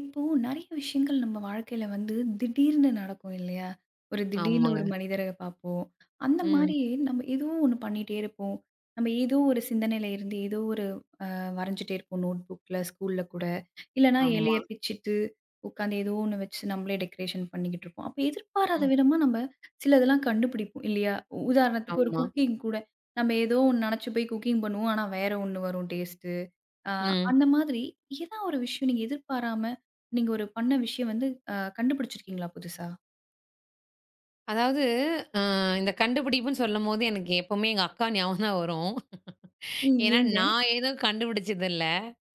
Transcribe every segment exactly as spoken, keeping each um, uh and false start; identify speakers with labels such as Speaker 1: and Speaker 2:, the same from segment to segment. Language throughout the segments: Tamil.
Speaker 1: இப்போ நெறைய விஷயங்கள் நம்ம வாழ்க்கையில வந்து திடீர்னு நடக்கும் இல்லையா? ஒரு திடீர்னு ஒரு
Speaker 2: ஆமாங்க.
Speaker 1: மனிதர பார்ப்போம். அந்த
Speaker 2: ம்.
Speaker 1: மாரி நம்ம ஏதோ ஒண்ணு பண்ணிட்டே இருப்போம். நம்ம ஏதோ ஒரு சிந்தனையில இருந்து ஏதோ வரைஞ்சுட்டே இருப்போம் நோட் புக்ல, ஸ்கூல்ல கூட. இல்லன்னா
Speaker 2: ஆமா.
Speaker 1: இலைய பிச்சுட்டு, உட்காந்து ஏதோ ஒண்ணு வச்சு நம்மளே டெக்கரேஷன் பண்ணிக்கிட்டு இருப்போம். அப்ப எதிர்பாராத
Speaker 2: ம்.
Speaker 1: விதமா நம்ம சிலதெல்லாம் கண்டுபிடிப்போம் இல்லையா? உ- உதாரணத்துக்கு ஒரு
Speaker 2: ஆமா.
Speaker 1: குக்கிங் கூட. நம்ம ஏதோ ஒண்ணு நெனச்சு போய் குக்கிங் பண்ணுவோம். ஆனா வேற ஒண்ணு வரும் டேஸ்ட்டு. அ
Speaker 2: ம்.
Speaker 1: அந்த மாதிரி ஏதா ஒரு விஷயம் நீங்க எதிர்பாராம நீங்க ஒரு பண்ண விஷயம் வந்து அ கண்டுபிடிச்சிருக்கீங்களா புதுசா?
Speaker 2: அதாவது அ இந்த கண்டுபிடிப்புன்னு சொல்லும்போது எனக்கு எப்பவுமே எங்க அக்கா ஞாபகம் தான் வரும்.
Speaker 1: ம்.
Speaker 2: ஏன்னா
Speaker 1: ஏங்க?
Speaker 2: நான் எதுவும் கண்டுபிடிச்சது இல்ல.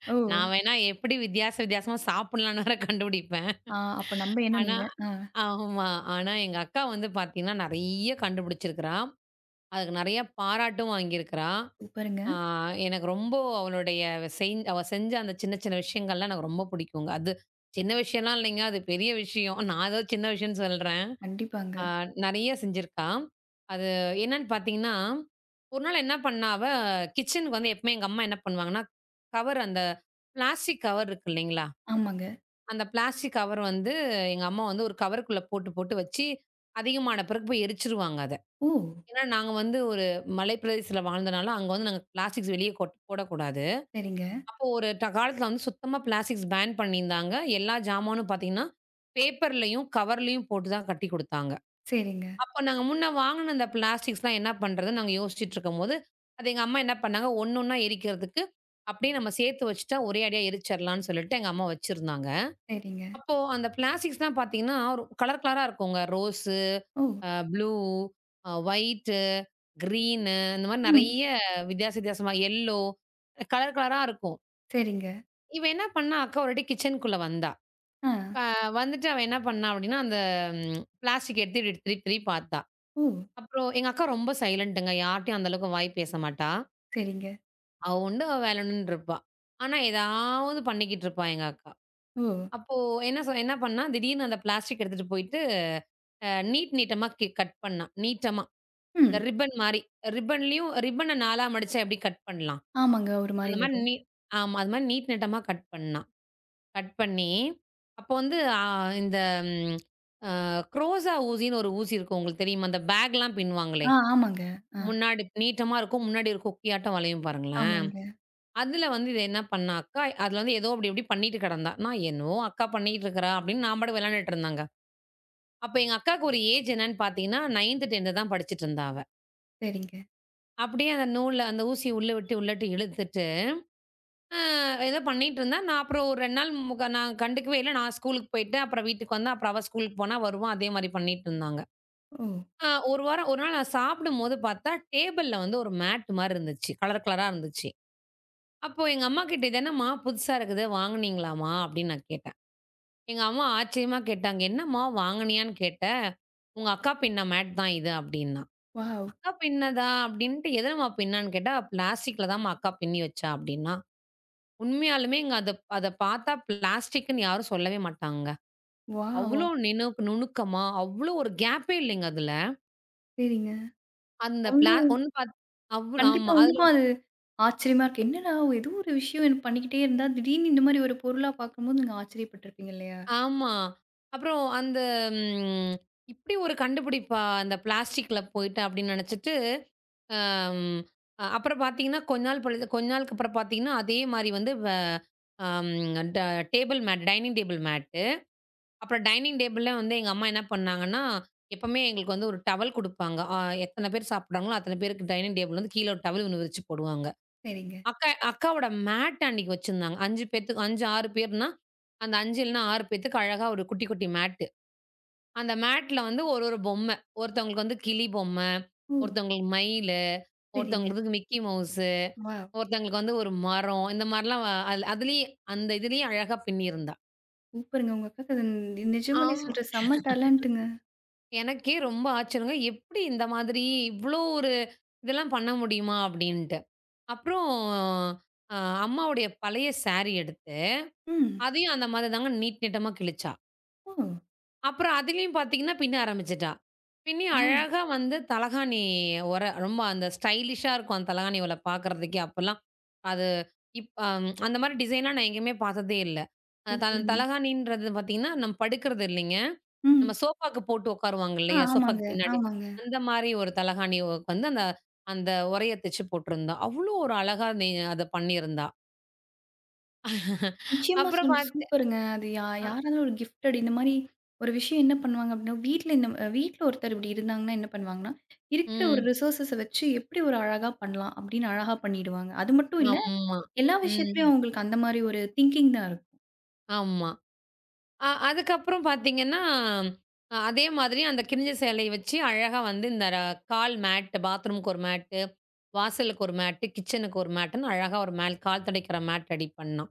Speaker 1: ஓ!
Speaker 2: நான் வேணா எப்படி வித்தியாச வித்தியாசமா சாப்பிடலாம்ன்னு வேற கண்டுபிடிப்பேன்.
Speaker 1: ஆ அப்ப நம்ப எண்ணம்
Speaker 2: ஆனா
Speaker 1: நீங்க. ஆ.
Speaker 2: ஆமா. ஆனா எங்க அக்கா வந்து பார்த்தீங்கன்னா, நெறைய கண்டுபிடிச்சிருக்கிறா. அதுக்கு நெறைய பாராட்டும் வாங்கியிருக்கிறா.
Speaker 1: சூப்பருங்க.
Speaker 2: ஆ எனக்கு ரொம்ப அவளுடைய செஞ் அவ செஞ்ச அந்த சின்ன சின்ன விஷயங்கள்லாம் எனக்கு ரொம்ப பிடிக்குங்க. அது சின்ன விஷயம்லாம் இல்லைங்க. அது பெரிய விஷயம். நான் ஏதோ சின்ன விஷயம்ன்னு சொல்றேன். ஆ
Speaker 1: கண்டிப்பாங்க.
Speaker 2: நெறைய செஞ்சிருக்கா. அது என்னன்னு பார்த்தீங்கன்னா, ஒரு நாள் என்ன பண்ணா அவ கிச்சனுக்கு வந்து எப்பவுமே எங்க அம்மா என்ன பண்ணுவாங்கன்னா, கவர் அந்த பிளாஸ்டிக் கவர் இருக்கு இல்லைங்களா?
Speaker 1: ஆமாங்க.
Speaker 2: அந்த பிளாஸ்டிக் கவர் வந்து எங்க அம்மா வந்து ஒரு கவருக்குள்ள போட்டு போட்டு வச்சு, அதிகமான பிறகு போய் எரிச்சுருவாங்க அத.
Speaker 1: ஓ!
Speaker 2: ஏன்னா நாங்க வந்து ஒரு மலை பிரதேசத்தில வாழ்ந்தனால, அங்க வந்து நாங்க பிளாஸ்டிக்ஸ் வெளிய கொட் போடக்கூடாது.
Speaker 1: சரிங்க,
Speaker 2: அப்போ ஒரு ட காலத்துல வந்து சுத்தமா பிளாஸ்டிக்ஸ் பேன் பண்ணியிருந்தாங்க. எல்லா ஜாமானும் பார்த்தீங்கன்னா, பேப்பர்லயும், கவர்லயும் போட்டு தான் கட்டி குடுத்தாங்க.
Speaker 1: சரிங்க,
Speaker 2: அப்போ நாங்க முன்ன வாங்குன அந்த பிளாஸ்டிக்ஸ்லாம் என்ன பண்றதுன்னு நாங்க யோசிச்சுட்டு இருக்கும்போது, அது எங்க அம்மா என்ன பண்ணாங்க, ஒண்ணு ஒண்ணா எரிக்கிறதுக்கு அப்படியே நம்ம சேர்த்து வச்சுட்டா ஒரே அடியா எரிச்சிரலாம்ன்னு சொல்லிட்டு எங்க அம்மா வச்சிருந்தாங்க.
Speaker 1: சரிங்க.
Speaker 2: அப்போ அந்த பிளாஸ்டிக்ஸ்லாம் பார்த்தீங்கன்னா, ஒரு கலர் கலரா இருக்குங்க. ரோஸு,
Speaker 1: ஓ!
Speaker 2: அ ப்ளூ, அ ஒயிட்டு, கிரீனு இந்த மாரி
Speaker 1: ம்.
Speaker 2: நெறைய வித்தியாச வித்தியாசமா எல்லோ கலர் கலரா இருக்கும்.
Speaker 1: சரிங்க.
Speaker 2: இவ என்ன பண்ணா, அக்கா ஒருவாட்டி கிச்சனுக்குள்ள வந்தா.
Speaker 1: ஆ.
Speaker 2: அ வந்துட்டு அவ என்ன பண்ணா அப்டின்னா, அந்த ம் பிளாஸ்டிக் எடுத்து இப்டி திருப்பி திருப்பி பார்த்தா.
Speaker 1: ஓ!
Speaker 2: அப்புறம் எங்க அக்கா ரொம்ப சைலண்ட்டுங்க. யார்ட்டயும் அந்த அளவுக்கு வாய் பேச மாட்டா.
Speaker 1: சரிங்க.
Speaker 2: அவ உண்டு, அவ வேல உண்டுன்னு இருப்பா. ஆனா, ஏதாவது பண்ணிக்கிட்டு இருப்பா எங்க அக்கா.
Speaker 1: ஓ!
Speaker 2: அப்போ என்ன சொ என்ன பண்ணா, திடீர்னு அந்த பிளாஸ்டிக் எடுத்துட்டு போயிட்டு, அ நீட் நீட்டமா கி கட் பண்ணா. நீட்டமா. இந்த
Speaker 1: ம்.
Speaker 2: ரிப்பன் மாரி. ரிப்பன்லயும் ரிப்பன நாலா மடிச்சா எப்டி கட் பண்ணலாம்?
Speaker 1: ஆமாங்க. ஒரு
Speaker 2: அந்த
Speaker 1: மாரி
Speaker 2: மாரி
Speaker 1: வரும்.
Speaker 2: நீ ஆமா. அது மாரி நீட் நீட்டமா கட் பண்ணா. கட் பண்ணி, அப்போ வந்து அ இந்த ம் அ குரோசா ஊசின்னு ஒரு ஊசி இருக்கும். உங்களுக்கு தெரியுமா? அந்த பேக்லாம் பின்னுவாங்களே!
Speaker 1: ஆ ஆமாங்க. ஆ
Speaker 2: முன்னாடி நீட்டமா இருக்கும். முன்னாடி ஒரு கொக்கியாட்டம் வளையும் பாருங்களேன்.
Speaker 1: ஆமாங்க.
Speaker 2: அதுல வந்து இத என்ன பண்ணா அக்கா, அதுல வந்து ஏதோ அப்படி இப்படி பண்ணிட்டு கிடந்தா. நான் என்னவோ அக்கா பண்ணிட்டு இருக்கிறா அப்படின்னு நான் பாட்டுக்கு விளையாண்டுட்டு இருந்தாங்க. அப்ப எங்க அக்காவுக்கு ஒரு ஏஜ் என்னன்னு பார்த்தீங்கன்னா, நைன்த் டென்த் தான் படிச்சுட்டு இருந்தா அவ.
Speaker 1: சரிங்க.
Speaker 2: அப்படியே அந்த நூல்ல அந்த ஊசிய உள்ள விட்டு உள்ளட்டு இழுத்துட்டு அ ஏதோ பண்ணிட்டுருந்தேன். நான் அப்புறம் ஒரு இரண்டு நாள் முக நான் கண்டுக்கவே இல்ல. நான் ஸ்கூலுக்கு போயிட்டு, அப்புறம் வீட்டுக்கு வந்தேன். அப்புறம் அவ ஸ்கூலுக்கு போனா வருவா. அதே மாரி பண்ணிட்டுருந்தாங்க.
Speaker 1: ஓ!
Speaker 2: அ ஒரு வாரம் ஒரு நாள் நான் சாப்பிடும்போது பார்த்தா, டேபிள்ல வந்து ஒரு மேட் மாரி இருந்துச்சு. கலர் கலரா இருந்துச்சு. அப்போ எங்க அம்மாகிட்ட "இது என்னம்மா புதுசா இருக்குது, வாங்குனீங்களாம்மா?" அப்படின்னு நான் கேட்டேன். எங்க அம்மா ஆச்சரியமா கேட்டாங்க. "என்னம்மா வாங்குனியான்னு கேட்ட? உங்க அக்கா பின்ன மேட் தான் இது" அப்படின்னா.
Speaker 1: வாவ்!
Speaker 2: "அக்கா பின்னதா?" அப்படின்ட்டு "எதுலம்மா பின்னான்னு கேட்டா, "பிளாஸ்டிக்ல தான்ம்மா அக்கா பின்னி வச்சா" அப்படின்னா. உண்மையாலுமே இங்க அத அத பார்த்தா பிளாஸ்டிக்ன்னு யாரும் சொல்லவே மாட்டாங்க.
Speaker 1: வாவ்!
Speaker 2: அவ்ளோ நினக் நுணுக்கமா, அவ்ளோ ஒரு கேப்பே இல்லைங்க அதுல.
Speaker 1: சரிங்க.
Speaker 2: அந்த
Speaker 1: அவ்ளோ
Speaker 2: பிளா ஒண்ணு பாத் அவ்ளோ
Speaker 1: கண்டிப்பா
Speaker 2: ஆமா.
Speaker 1: உங்களுக்கும்
Speaker 2: அதுல
Speaker 1: அது ஆச்சரியமா இருக்கு. என்னடா ஏதோ ஒரு விஷயம் எனக்கு பண்ணிக்கிட்டே இருந்தா, திடீர்னு இந்த மாரி ஒரு பொருளா பார்க்கும்போது நீங்க ஆச்சரியப்பட்டுருப்பீங்க இல்லையா?
Speaker 2: ஆமா. அப்புறம் அந்த ம் இப்படி ஒரு கண்டுபிடிப்பா அந்த பிளாஸ்டிக்ல போயிட்டு அப்படின்னு நினைச்சுட்டு, அம் அப்புறம் பார்த்தீங்கன்னா, கொஞ்ச நாள் பொழுது கொஞ்ச நாளுக்கு அப்புறம் பார்த்தீங்கன்னா, அதே மாரி வந்து வ அம் ட table mat dining table mat அப்புறம் டைனிங் டேபிள்ல வந்து எங்க அம்மா என்ன பண்ணாங்கன்னா, எப்பவுமே எங்களுக்கு வந்து ஒரு டவல் குடுப்பாங்க. அ எத்தன பேர் சாப்பிடுறாங்களோ, அத்தன பேருக்கு டைனிங் டேபிள்ல வந்து கீழ ஒரு டவல் ஒண்ணு விரிச்சு போடுவாங்க.
Speaker 1: சரிங்க.
Speaker 2: அக்கா அக்காவோட மேட் அன்னைக்கு வச்சிருந்தாங்க. ஐந்து பேத்துக்கு ஐந்து, ஆறு பேர்னா, அந்த ஐந்து இல்லன்னா ஆறு பேத்துக்கு அழகா ஒரு குட்டி, குட்டி மேட்டு. அந்த மேட்ல வந்து ஒரு, ஒரு பொம்மை. ஒருத்தவங்களுக்கு வந்து கிளி பொம்மை,
Speaker 1: ஓ!
Speaker 2: ஒருத்தவங்களுக்கு மயிலு,
Speaker 1: சரிங்க.
Speaker 2: ஒருத்தவங்களுக்கு மிக்கி மவுஸு,
Speaker 1: வாவ்!
Speaker 2: ஒருத்தவங்களுக்கு வந்து ஒரு மரம். இந்த மாரிலாம் வ அதுல அதுலயே அந்த இதுலயே அழகா பின்னியிருந்தா.
Speaker 1: சூப்பருங்க. உங்க அக்காக்கு அது நிஜமாலே
Speaker 2: ஆம்.
Speaker 1: சொல்றேன் செம்ம டேலண்ட்டுங்க.
Speaker 2: எனக்கே ரொம்ப ஆச்சரியங்க. "எப்படி இந்த மாதிரி இவ்ளோ ஒரு இதெல்லாம் பண்ண முடியுமா?" அப்படின்ட்டு. அப்புறம் அ அம்மாவுடைய பழைய சாரி எடுத்து,
Speaker 1: ம்.
Speaker 2: அதையும் அந்த மாதிரி தாங்க நீட் நீட்டமா கிழிச்சா.
Speaker 1: ஓ!
Speaker 2: அப்புறம் அதிலயும் பார்த்தீங்கன்னா, பின்ன ஆரம்பிச்சுட்டா. பின்னி
Speaker 1: வாவ்!
Speaker 2: அழகா வந்து தலகாணி ஒர ரொம்ப அந்த ஸ்டைலிஷா இருக்கும் அந்த தலகாணி ஓல பார்க்கறதுக்கே அப்பலாம். அது இப் அம் அந்த மாதிரி டிசைன்லாம் நான் எங்கேயுமே பார்த்ததே இல்ல. அ த
Speaker 1: சூப்பருங்க.
Speaker 2: தலகாணின்றது பார்த்தீங்கன்னா, நம்ம படுக்கிறது இல்லைங்க. நம்ம
Speaker 1: ம்.
Speaker 2: சோஃபாக்கு போட்டு உட்காருவாங்க
Speaker 1: ஆ
Speaker 2: இல்லையா? சோஃபாக்கு
Speaker 1: ஆமாங்க,
Speaker 2: பின்னாடி.
Speaker 1: ஆமாங்க.
Speaker 2: அந்த மாரி ஒரு தலகாணி ஒ வந்து அந்த அந்த உறைய தச்சு போட்டிருந்தா. அவ்ளோ ஒரு அழகா நெ அத பண்ணியிருந்தா.
Speaker 1: நிச்சயமா
Speaker 2: அப்புறம்
Speaker 1: சொல்
Speaker 2: பாத்து
Speaker 1: சூப்பருங்க. அது யா
Speaker 2: அ
Speaker 1: யாராவது ஒரு கிஃப்டட் இந்த மாரி ஒரு விஷயம் என்ன பண்ணுவாங்க அப்படின்னா, வீட்ல இந்த அ வீட்ல ஒருத்தர் இப்படி இருந்தாங்கன்னா என்ன பண்ணுவாங்கன்னா, இருக்கிற ஒரு
Speaker 2: ம்.
Speaker 1: ரிசோர்ஸஸ வச்சு எப்படி ஒரு அழகா பண்ணலாம் அப்படின்னு அழகா பண்ணிடுவாங்க. அது மட்டும் இல்ல,
Speaker 2: ஆமா.
Speaker 1: எல்லா
Speaker 2: ம்.
Speaker 1: விஷயத்துலயும் அவங்களுக்கு அந்த மாரி ஒரு திங்கிங் தான் இருக்கும்.
Speaker 2: ஆமா. அ அதுக்கப்புறம் பாத்தீங்கன்னா, அ அதே மாதிரி அந்த கிழிஞ்ச சேலைய வச்சு அழகா வந்து இந்த ர கால் மேட் பாத்ரூமுக்கு ஒரு மேட்டு, வாசலுக்கு ஒரு மேட்டு, கிச்சனுக்கு ஒரு மேட்டுன்னு அழகா ஒரு மேல் கால் துடைக்கிற மேட் ரெடி பண்ணா.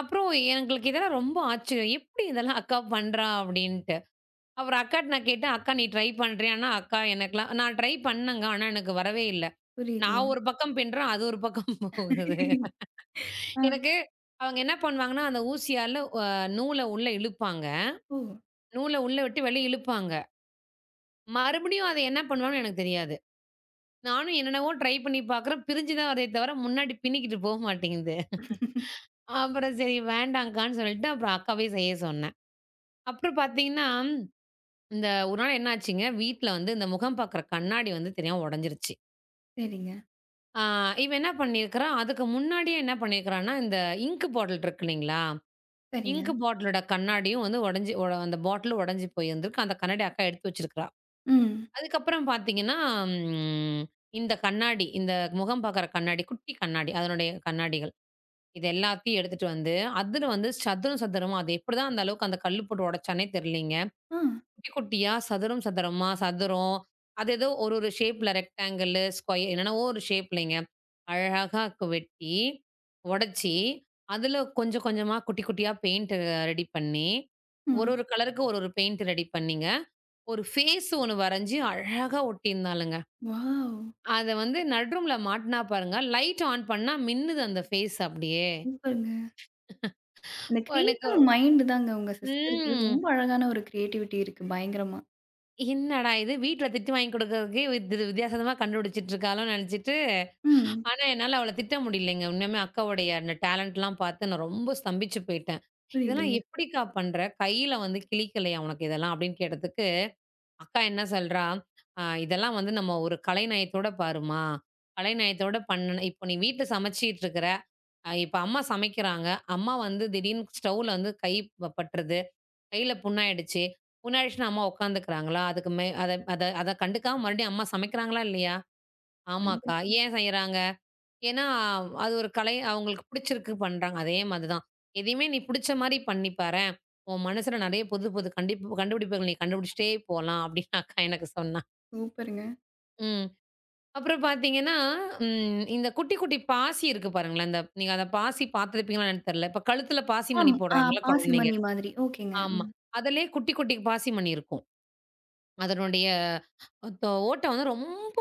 Speaker 2: அப்புறம் எங்களுக்கு இதெல்லாம் ரொம்ப ஆச்சரியம். "எப்படி இதெல்லாம் அக்கா பண்றா?" அப்படின்ட்டு. அப்புறம் அக்காட்ட நான் கேட்டேன், "அக்கா நீ ட்ரை பண்றியான்னா?" அக்கா எனக்கெல்லாம் நான் ட்ரை பண்ணேங்க. ஆனா எனக்கு வரவே இல்ல.
Speaker 1: புரியுதுங்க.
Speaker 2: நான் ஒரு பக்கம் பின்றேன், அது ஒரு பக்கம் போகுது.
Speaker 1: ஆ.
Speaker 2: எனக்கு அவங்க என்ன பண்ணுவாங்கன்னா, அந்த ஊசியால அ நூல உள்ள இழுப்பாங்க.
Speaker 1: ஓ!
Speaker 2: நூல உள்ள விட்டு வெளிய இழுப்பாங்க. மறுபடியும் அத என்ன பண்ணுவாங்கன்னு எனக்கு தெரியாது. நானும் என்னென்னவோ ட்ரை பண்ணி பார்க்குறேன். பிரிஞ்சு தான் வருதே தவிர, முன்னாடி பின்னிக்கிட்டு போ மாட்டேங்குது. அப்புறம் சரி வேண்டாங்க்கான்னு சொல்லிட்டு, அப்புறம் அக்காவே செய்ய சொன்னேன். அப்புறம் பார்த்தீங்கன்னா, இந்த ஒரு நாள் என்ன ஆச்சுங்க, வீட்ல வந்து இந்த முகம் பார்க்குற கண்ணாடி வந்து தெரியாம உடைஞ்சிருச்சு.
Speaker 1: சரிங்க,
Speaker 2: ஆ இவன் என்ன பண்ணியிருக்கிறான், அதுக்கு முன்னாடியே என்ன பண்ணியிருக்கிறான்னா, இந்த இங்க் பாட்டில் இருக்கு இல்லைங்களா?
Speaker 1: சரிங்க.
Speaker 2: இங்க் பாட்டிலோட கண்ணாடியும் வந்து உடைஞ்சு ஒ அந்த பாட்டிலும் உடைஞ்சு போயிருந்திருக்கு. அந்த கண்ணாடி அக்கா எடுத்து வச்சிருக்கிறா.
Speaker 1: ம்.
Speaker 2: அதுக்கப்புறம் பார்த்தீங்கன்னா, ம் இந்த கண்ணாடி, இந்த முகம் பார்க்குற கண்ணாடி, குட்டி கண்ணாடி, அதனுடைய கண்ணாடிகள். இது எல்லாத்தையும் எடுத்துட்டு வந்து, அதில வந்து சதுரம் சதுரமா அது எப்படிதான் அந்த அளவுக்கு அந்த கல்லு போட்டு உடைச்சானே தெரியலங்க.
Speaker 1: ஆ.
Speaker 2: குட்டி குட்டியா சதுரம் சதுரமா சதுரம். அது ஏதோ ஒரு ஒரு ஷேப்ல ரெக்டாங்கிள், ஸ்கொயர் என்னென்னவோ ஒரு ஷேப்லங்க. அழகா கு- வெட்டி, உடைச்சி, அதுல கொஞ்சம் கொஞ்சமா குட்டி குட்டியா பெயிண்ட் ரெடி பண்ணி, ஒரு
Speaker 1: ம்.
Speaker 2: ஒரு கலருக்கு ஒரு ஒரு பெயிண்ட் ரெடி பண்ணிங்க. ஒரு ஃபேஸ் ஒண்ணு வரைஞ்சு அழகா ஒட்டியிருந்தாளுங்க.
Speaker 1: வாவ்!
Speaker 2: அத வந்து நடு ரூம்ல மாட்டுனா பாருங்க, லைட் ஆன் பண்ணா மின்னுது அந்த ஃபேஸ் அப்படியே.
Speaker 1: சூப்பருங்க. அந்த
Speaker 2: ஓ, எனக்கு
Speaker 1: கிரியேட்டிவ் மைண்ட் தாங்க உங்க சிஸ்டருக்கு.
Speaker 2: ம்.
Speaker 1: ரொம்ப அழகான ஒரு கிரியேட்டிவிட்டி இருக்கு பயங்கரமா.
Speaker 2: என்னடா இது! வீட்ல திட்டு வாங்கி குடுக்கறதுக்கே வித் வித்தியாசமா கண்டுபிடிச்சிட்டு இருக்காளோன்னு நெனச்சிட்டு
Speaker 1: ம்.
Speaker 2: ஆனா, என்னால அவள திட்ட முடியலைங்க. உண்மையாலுமே அக்காவுடைய அந்த டேலண்ட்லாம் பார்த்து நான் ரொம்ப ஸ்தம்பிச்சு போயிட்டேன். "இதெல்லாம்
Speaker 1: புரியுதுங்க.
Speaker 2: எப்படிக்கா பண்ற? கையில வந்து கிளிக்கலையா உனக்கு இதெல்லாம்?" அப்படின்னு கேட்டதுக்கு, அக்கா என்ன சொல்றா, "அ இதெல்லாம் வந்து நம்ம ஒரு கலைநயத்தோட பாரும்மா. கலைநயத்தோட பண்ணணும். இப்போ நீ வீட்ல சமைச்சுட்டு இருக்கிற, அ இப்ப அம்மா சமைக்கிறாங்க. அம்மா வந்து திடீர்னு ஸ்டவ்ல வந்து கை ப பட்டுருது. கையில புண்ணாயிடுச்சு. புண்ணாயிடுச்சுன்னா அம்மா உட்காந்துக்கிறாங்களா? அதுக்கு மே அத அத அத கண்டுக்காம மறுபடியும் அம்மா சமைக்கிறாங்களா இல்லையா?
Speaker 1: வந்து
Speaker 2: ஆமாக்கா. ஏன் செய்றாங்க?" ஏன்னா, அது ஒரு கலை அவங்களுக்கு பிடிச்சிருக்கு பண்றாங்க. அதே மாதிரி தான். எதையுமே நீ பிடிச்ச மாரி பண்ணி பாரேன். உன் மனசுல நெறைய புது புது கண்டிப் கண்டுபிடிப்புகள் நீ கண்டுபிடிச்சுட்டே போலாம் அப்டின்னு அக்கா எனக்கு சொன்னா.
Speaker 1: சூப்பருங்க.
Speaker 2: ம். அப்புறம் பார்த்தீங்கன்னா, ம் இந்த குட்டி குட்டி பாசி இருக்கு பாருங்களேன். அந்த நீங்க அந்த பாசி பார்த்துருப்பீங்களா என்னன்னு தெரியல. இப்ப கழுத்துல பாசி மணி
Speaker 1: ஆம். ஆ
Speaker 2: போடுறாங்கல்ல குழந்தைங்க.
Speaker 1: பாசிமணி மாதிரி. ஓகேங்க.
Speaker 2: ஆமா.
Speaker 1: ம்.
Speaker 2: அதிலயே குட்டி குட்டி பாசி மணி இருக்கும். அதனுடைய தொ ஓட்டை வந்து ரொம்ப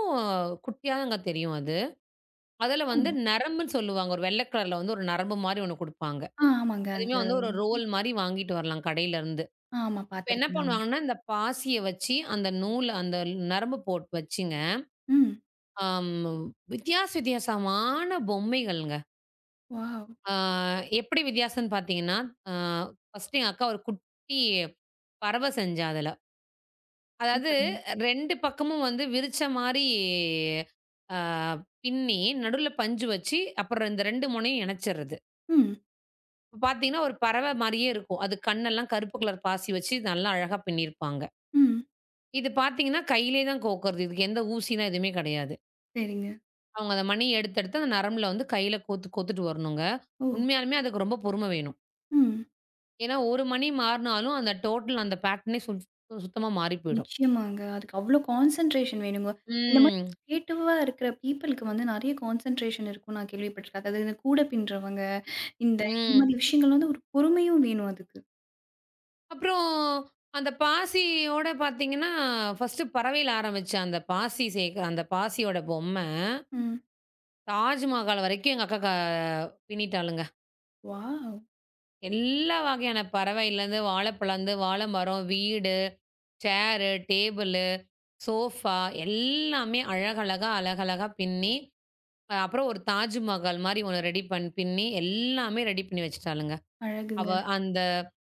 Speaker 2: குட்டியா தாங்க தெரியும் அது. அதில
Speaker 1: ஓ!
Speaker 2: வந்து நரம்புன்னு சொல்லுவாங்க. ஒரு வெள்ள கலர்ல வந்து ஒரு நரம்பு மாரி ஒண்ணு குடுப்பாங்க.
Speaker 1: ஆ ஆமாங்க.
Speaker 2: அதுவுமே
Speaker 1: அந்த
Speaker 2: வந்து ஒரு ரோல் மாரி வாங்கிட்டு வரலாம் கடையிலருந்து.
Speaker 1: ஆமா
Speaker 2: இப்ப என்ன
Speaker 1: பார்த்துருக்கேன் நானு.
Speaker 2: பண்ணுவாங்கன்னா, இந்த பாசிய வச்சு அந்த நூல அந்த நரம்பு போட்டு வச்சுங்க,
Speaker 1: ம்.
Speaker 2: அம் வித்தியாச வித்தியாசமான பொம்மைகள்ங்க.
Speaker 1: வாவ்!
Speaker 2: ஆ எப்படி வித்தியாசம்ன்னு பார்த்தீங்கன்னா, ஆ ஃபர்ஸ்ட்டு எங்க அக்கா ஒரு குட்டி பறவை செஞ்சா அதுல. அதாவது
Speaker 1: சூப்பருங்க.
Speaker 2: இரண்டு பக்கமும் வந்து விரிச்ச மாரி ஆ பின்னி, நடுவுல பஞ்சு வச்சு, அப்புறம் இந்த இரண்டு முனையும் இணைச்சர்றது.
Speaker 1: ம்.
Speaker 2: இப்ப பார்த்தீங்கன்னா, ஒரு பறவை மாரியே இருக்கும். அது கண்ணெல்லாம் கருப்பு கலர் பாசி வச்சு நல்லா அழகா பின்னியிருப்பாங்க.
Speaker 1: ம்.
Speaker 2: இது பார்த்தீங்கன்னா, கையிலே தான் கோர்க்கறது. இதுக்கு எந்த ஊசிலாம் எதுவுமே கிடையாது.
Speaker 1: சரிங்க.
Speaker 2: அவங்க அந்த மணி எடுத்து, எடுத்து அந்த நரம்புல வந்து கையில கோர்த்து, கோர்த்துட்டு வரணுங்க.
Speaker 1: ஓ!
Speaker 2: உண்மையாலுமே அதுக்கு ரொம்ப பொறுமை வேணும்.
Speaker 1: ம்.
Speaker 2: ஏன்னா, ஒரு மணி மாறுனாலும் அந்த டோட்டல் அந்த பேட்டர்னே சுத் சுத்தமா மாறி போயிடும்.
Speaker 1: நிச்சயமாங்க. அதுக்கு அவ்ளோ கான்சன்ட்ரேஷன் வேணுங்க. இந்த மாரி
Speaker 2: ம்.
Speaker 1: கிரியேட்டிவா இருக்கிற பீப்பிளுக்கு வந்து நெறைய கான்சன்ட்ரேஷன் இருக்கும்னு நான் கேள்விப்பட்டுருக்கேன். அதாவது இந்த கூடை பின்றவங்க, இந்த இந்த
Speaker 2: ம்.
Speaker 1: மாரி விஷயங்கள் வந்து ஒரு பொறுமையும் வேணும் அதுக்கு.
Speaker 2: அப்புறம் அந்த பாசியோட பார்த்தீங்கன்னா, ஃபர்ஸ்ட்டு பறவையில ஆரம்பிச்ச அந்த பாசி சேக அந்த பாசியோட பொம்மை,
Speaker 1: ம்.
Speaker 2: தாஜ்மஹால் வரைக்கும் எங்க அக்கா க பின்னிட்டாளுங்க.
Speaker 1: வாவ்!
Speaker 2: எல்லா வகையான பறவையிலருந்து வாழைப்பழம்ந்து வாழை மரம், வீடு சேரு, டேபிளு, சோஃபா எல்லாமே அழகழகா, அழகழகா பின்னி, அப்புறம் ஒரு தாஜ்மஹால் மாரி ஒண்ணு ரெடி பண் பின்னி எல்லாமே ரெடி பண்ணி வச்சுட்டாளுங்க. அவ
Speaker 1: அழகுங்க.
Speaker 2: அந்த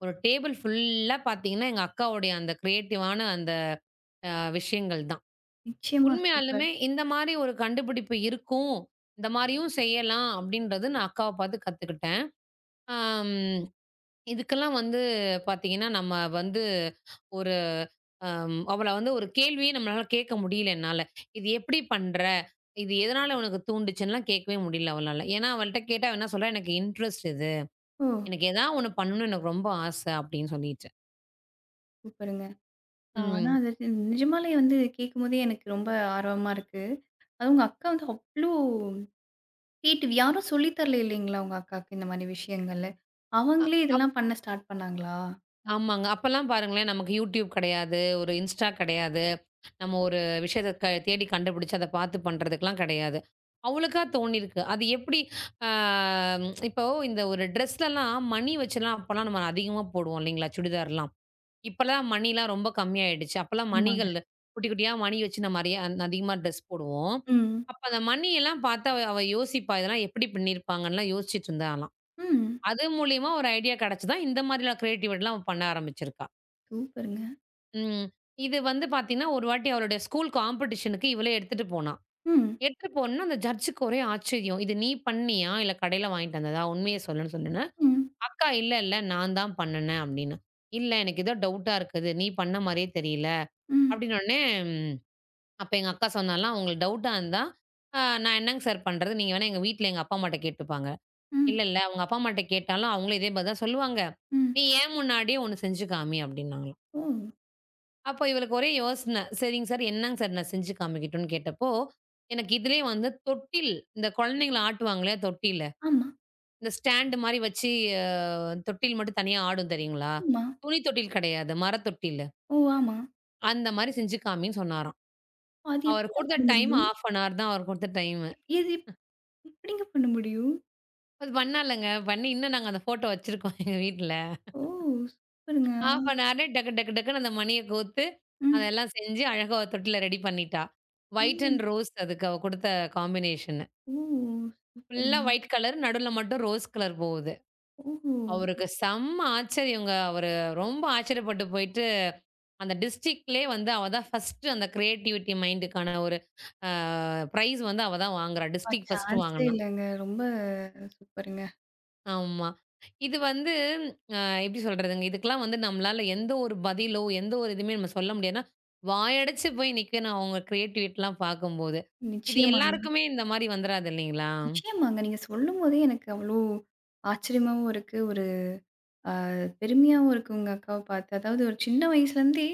Speaker 2: ஒரு டேபிள் ஃபுல்லா பார்த்தீங்கன்னா, எங்க அக்காவுடைய அந்த கிரியேட்டிவான அந்த அ விஷயங்கள் தான்.
Speaker 1: நிச்சயமா சூப்பர்.
Speaker 2: உண்மையாலுமே இந்த மாரி ஒரு கண்டுபிடிப்பு இருக்கும். இந்த மாரியும் செய்யலாம் அப்படின்றது நான் அக்காவ பார்த்து கத்துக்கிட்டேன். அம் இதுக்கெல்லாம் வந்து பார்த்தீங்கன்னா, நம்ம வந்து ஒரு அம் அவள வந்து ஒரு கேள்வியே நம்மளால கேட்க முடியல என்னால. "இது எப்படி பண்ற? இது எதனால உனக்கு தூண்டுச்சுன்லாம்?" கேட்கவே முடியல அவளால. ஏன்னா அவள்ட்ட கேட்டா அவ என்ன சொல்றா, "எனக்கு இன்ட்ரெஸ்ட் இது.
Speaker 1: ஓ!
Speaker 2: எனக்கு ஏதாவது ஒண்ணு பண்ணணும்னு எனக்கு ரொம்ப ஆசை." அப்படின்னு சொல்லிட்டு.
Speaker 1: சூப்பருங்க. ஆனா,
Speaker 2: ம்.
Speaker 1: அது நிஜமாலே வந்து கேட்கும்போதே எனக்கு ரொம்ப ஆர்வமா இருக்கு. அதுவும் உங்க அக்கா வந்து அவ்ளோ தீட்டு யாரும் சொல்லி தரல இல்லைங்களா? உங்க அக்காக்கு இந்த மாரி விஷயங்கள்ல.
Speaker 2: அ
Speaker 1: அவங்களே
Speaker 2: அப்
Speaker 1: இதெல்லாம் பண்ண ஸ்டார்ட் பண்ணாங்களா?
Speaker 2: ஆமாங்க. அப்பலாம் பாருங்களேன் நமக்கு YouTube கிடையாது, ஒரு Insta கிடையாது. நம்ம ஒரு விஷயத்த க தேடி கண்டுபிடிச்சு அத பார்த்து பண்றதுக்குலாம் கிடையாது. அவளுக்கா தோணியிருக்கு. அது எப்படி அ இப்போ இந்த ஒரு ட்ரெஸ்லலாம் மணி வச்சுலாம் அப்பலாம் நம்ம அதிகமா போடுவோம் இல்லைங்களா? சுடிதார்லாம். இப்பல்லாம் மணிலாம் ரொம்ப கம்மியாயிடுச்சு. அப்பல்லாம்
Speaker 1: ஆமாங்க.
Speaker 2: மணிகள் குட்டி, குட்டியா மணி வச்சு நம்ம அறியா அதிகமா ட்ரெஸ் போடுவோம்.
Speaker 1: ம்.
Speaker 2: அப்ப அந்த மணியெல்லாம் பார்த்து அவ அவ யோசிப்பா. இதெல்லாம் எப்படி பண்ணியிருப்பாங்கன்லாம் யோசிச்சுட்டு இருந்தாளாம்.
Speaker 1: ம்.
Speaker 2: அது மூலியமா ஒரு ஐடியா கிடைச்சு தான் இந்த மாதிரிலாம் கிரியேட்டிவிட்டிலாம் அவ பண்ண ஆரம்பிச்சிருக்கா.
Speaker 1: சூப்பருங்க.
Speaker 2: ம். இது வந்து பார்த்தீங்கன்னா, ஒரு வாட்டி அவளுடைய ஸ்கூல் காம்படிஷனுக்கு இவளே எடுத்துட்டு போனா.
Speaker 1: ம்.
Speaker 2: எடுத்துட்டு போனோன அந்த ஜட்ஜுக்கு ஒரே ஆச்சரியம். "இது நீ பண்ணியா? இல்ல கடையில வாங்கிட்டு வந்ததா? உண்மைய சொல்லுன்னு" சொல்லி
Speaker 1: ம்.
Speaker 2: அக்கா "இல்ல, இல்ல நான் தான் பண்ணுனேன்" அப்டின்னா. "இல்ல எனக்கு ஏதோ டவுட்டா இருக்குது. நீ பண்ண மாரியே தெரியல"
Speaker 1: ம்.
Speaker 2: அப்டின்னோனே, ம் அப்ப எங்க அக்கா சொன்னாலாம், "உங்களுக்கு டவுட்டா இருந்தா, அ நான் என்னங்க சார் பண்றது? நீங்க வேணா எங்க வீட்ல எங்க அப்பா அம்மாட்ட கேட்டுப்பாங்க."
Speaker 1: ம்.
Speaker 2: "இல்ல, இல்ல அவங்க அப்பா அம்மாட்ட கேட்டாலும் அவங்களும் இதே பதில் தான் சொல்லுவாங்க.
Speaker 1: ம்.
Speaker 2: நீ ஏன் முன்னாடியே ஒண்ணு செஞ்சு காமி" அப்டின்னாங்களாம்.
Speaker 1: ஓ!
Speaker 2: அப்ப இவளுக்கு ஒரே யோசனை. "சரிங்க சார், என்னங்க சார் நான் செஞ்சு காமிக்கட்டும்னு" கேட்டப்போ, எனக்கு இதுலயே வந்து தொட்டில் இந்த குழந்தைங்கள ஆட்டுவாங்க இல்லையா தொட்டில்ல,
Speaker 1: ஆமா,
Speaker 2: இந்த ஸ்டாண்ட் மாரி வச்சு தொட்டில் மட்டும் தனியா ஆடும் தெரியுங்களா?
Speaker 1: ஆமா.
Speaker 2: துணி தொட்டில் கிடையாது. மரத் தொட்டிலு.
Speaker 1: ஓ! ஆமா.
Speaker 2: அந்த மாரி செஞ்சு காமின்னு சொன்னாராம்.
Speaker 1: அது
Speaker 2: அவர்
Speaker 1: எப்படிங்க
Speaker 2: குடுத்த
Speaker 1: பண்ண
Speaker 2: டைம்
Speaker 1: முடியும்?
Speaker 2: ஹாஃப் அன் ஹவர் தான் அவர் குடுத்த டைமு.
Speaker 1: எப் எது எப் எப்படிங்க பண்ண முடியும்?
Speaker 2: அது பண்ணாலங்க. பண்ணி இன்னும் நாங்க அந்த ஃபோட்டோ வச்சிருக்கோம் எங்க வீட்ல.
Speaker 1: ஓ! சூப்பருங்க.
Speaker 2: ஹாஃப் அன் ஹர்லே டக்கு டக்கு டக்குன்னு அந்த மணிய கோர்த்து,
Speaker 1: ம்.
Speaker 2: அதெல்லாம் செஞ்சு அழகா ஒரு தொட்டில ரெடி பண்ணிட்டா. ஒயிட்
Speaker 1: ம்.
Speaker 2: அண்ட் ரோஸ் அதுக்கு அவ குடுத்த காம்பினேஷனு.
Speaker 1: ஓ!
Speaker 2: ஃபுல்லா
Speaker 1: சூப்பருங்க.
Speaker 2: White colour. நடுவுல மட்டும் ரோஸ் கலர் போகுது.
Speaker 1: ஓ!
Speaker 2: அவருக்கு செம்ம ஆச்சரியங்க. அவரு ரொம்ப ஆச்சரியப்பட்டு போயிட்டு அந்த டிஸ்ட்ரிக்ட்லயே வந்து அவ தான் ஃபர்ஸ்ட் அந்த கிரியேட்டிவிட்டி மைண்டுக்கான ஒரு அ பிரைஸ் வந்து அவ தான் வாங்குறா.
Speaker 1: அப்பா!
Speaker 2: டிஸ்ட்ரிக்ட் ஃபர்ஸ்ட்
Speaker 1: சான்ஸே
Speaker 2: வாங்குனா.
Speaker 1: இல்லங்க. ரொம்ப சூப்பருங்க.
Speaker 2: ஆமா. இது வந்து அ எப்படி சொல்றதுங்க? இதுக்கெல்லாம் வந்து நம்மளால எந்த ஒரு பதிலோ, எந்த ஒரு இதுவுமே நம்ம சொல்ல முடியாது. ஏன்னா, வாயடைச்சு போய் நிக்கணும் அவங்க கிரியேட்டிவிட்டிலாம் பார்க்கும்போது. இது
Speaker 1: நிச்சயமாங்க,
Speaker 2: எல்லாருக்குமே இந்த மாரி வந்துராது இல்லைங்களா?
Speaker 1: நிச்சயமாங்க. நீங்க சொல்லும்போதே எனக்கு அவ்ளோ ஆச்சரியமாவும் இருக்கு. ஒரு பெருமையாவும் இருக்கு உங்க அக்காவ பார்த்து. அதாவது ஒரு சின்ன வயசுலேருந்தே,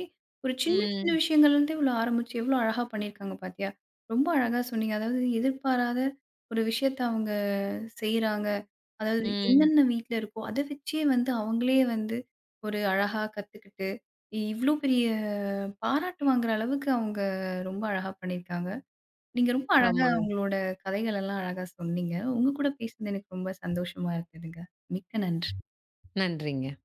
Speaker 1: ஒரு சின்ன சின்ன
Speaker 2: ம்,
Speaker 1: விஷயங்கள்லேருந்தே இவ்வளோ ஆரம்பிச்சு, எவ்வளோ அழகா பண்ணியிருக்காங்க பார்த்தியா? ரொம்ப அழகா சொன்னீங்க. அதாவது எதிர்பாராத ஒரு விஷயத்த அவங்க செய்றாங்க. அதாவது
Speaker 2: ம்.
Speaker 1: என்னென்ன வீட்ல இருக்கோ, அத வச்சே வந்து அவங்களே வந்து ஒரு அழகா கத்துக்கிட்டு, இவ்ளோ பெரிய பாராட்டு வாங்குற அளவுக்கு அவங்க ரொம்ப அழகா பண்ணியிருக்காங்க. நீங்க ரொம்ப அழகா
Speaker 2: ஆமாங்க.
Speaker 1: உங்களோட கதைகள் எல்லாம் அழகா சொன்னீங்க. உங்க கூட பேசுனது எனக்கு ரொம்ப சந்தோஷமா இருந்ததுங்க. மிக்க நன்றி.
Speaker 2: நன்றிங்க.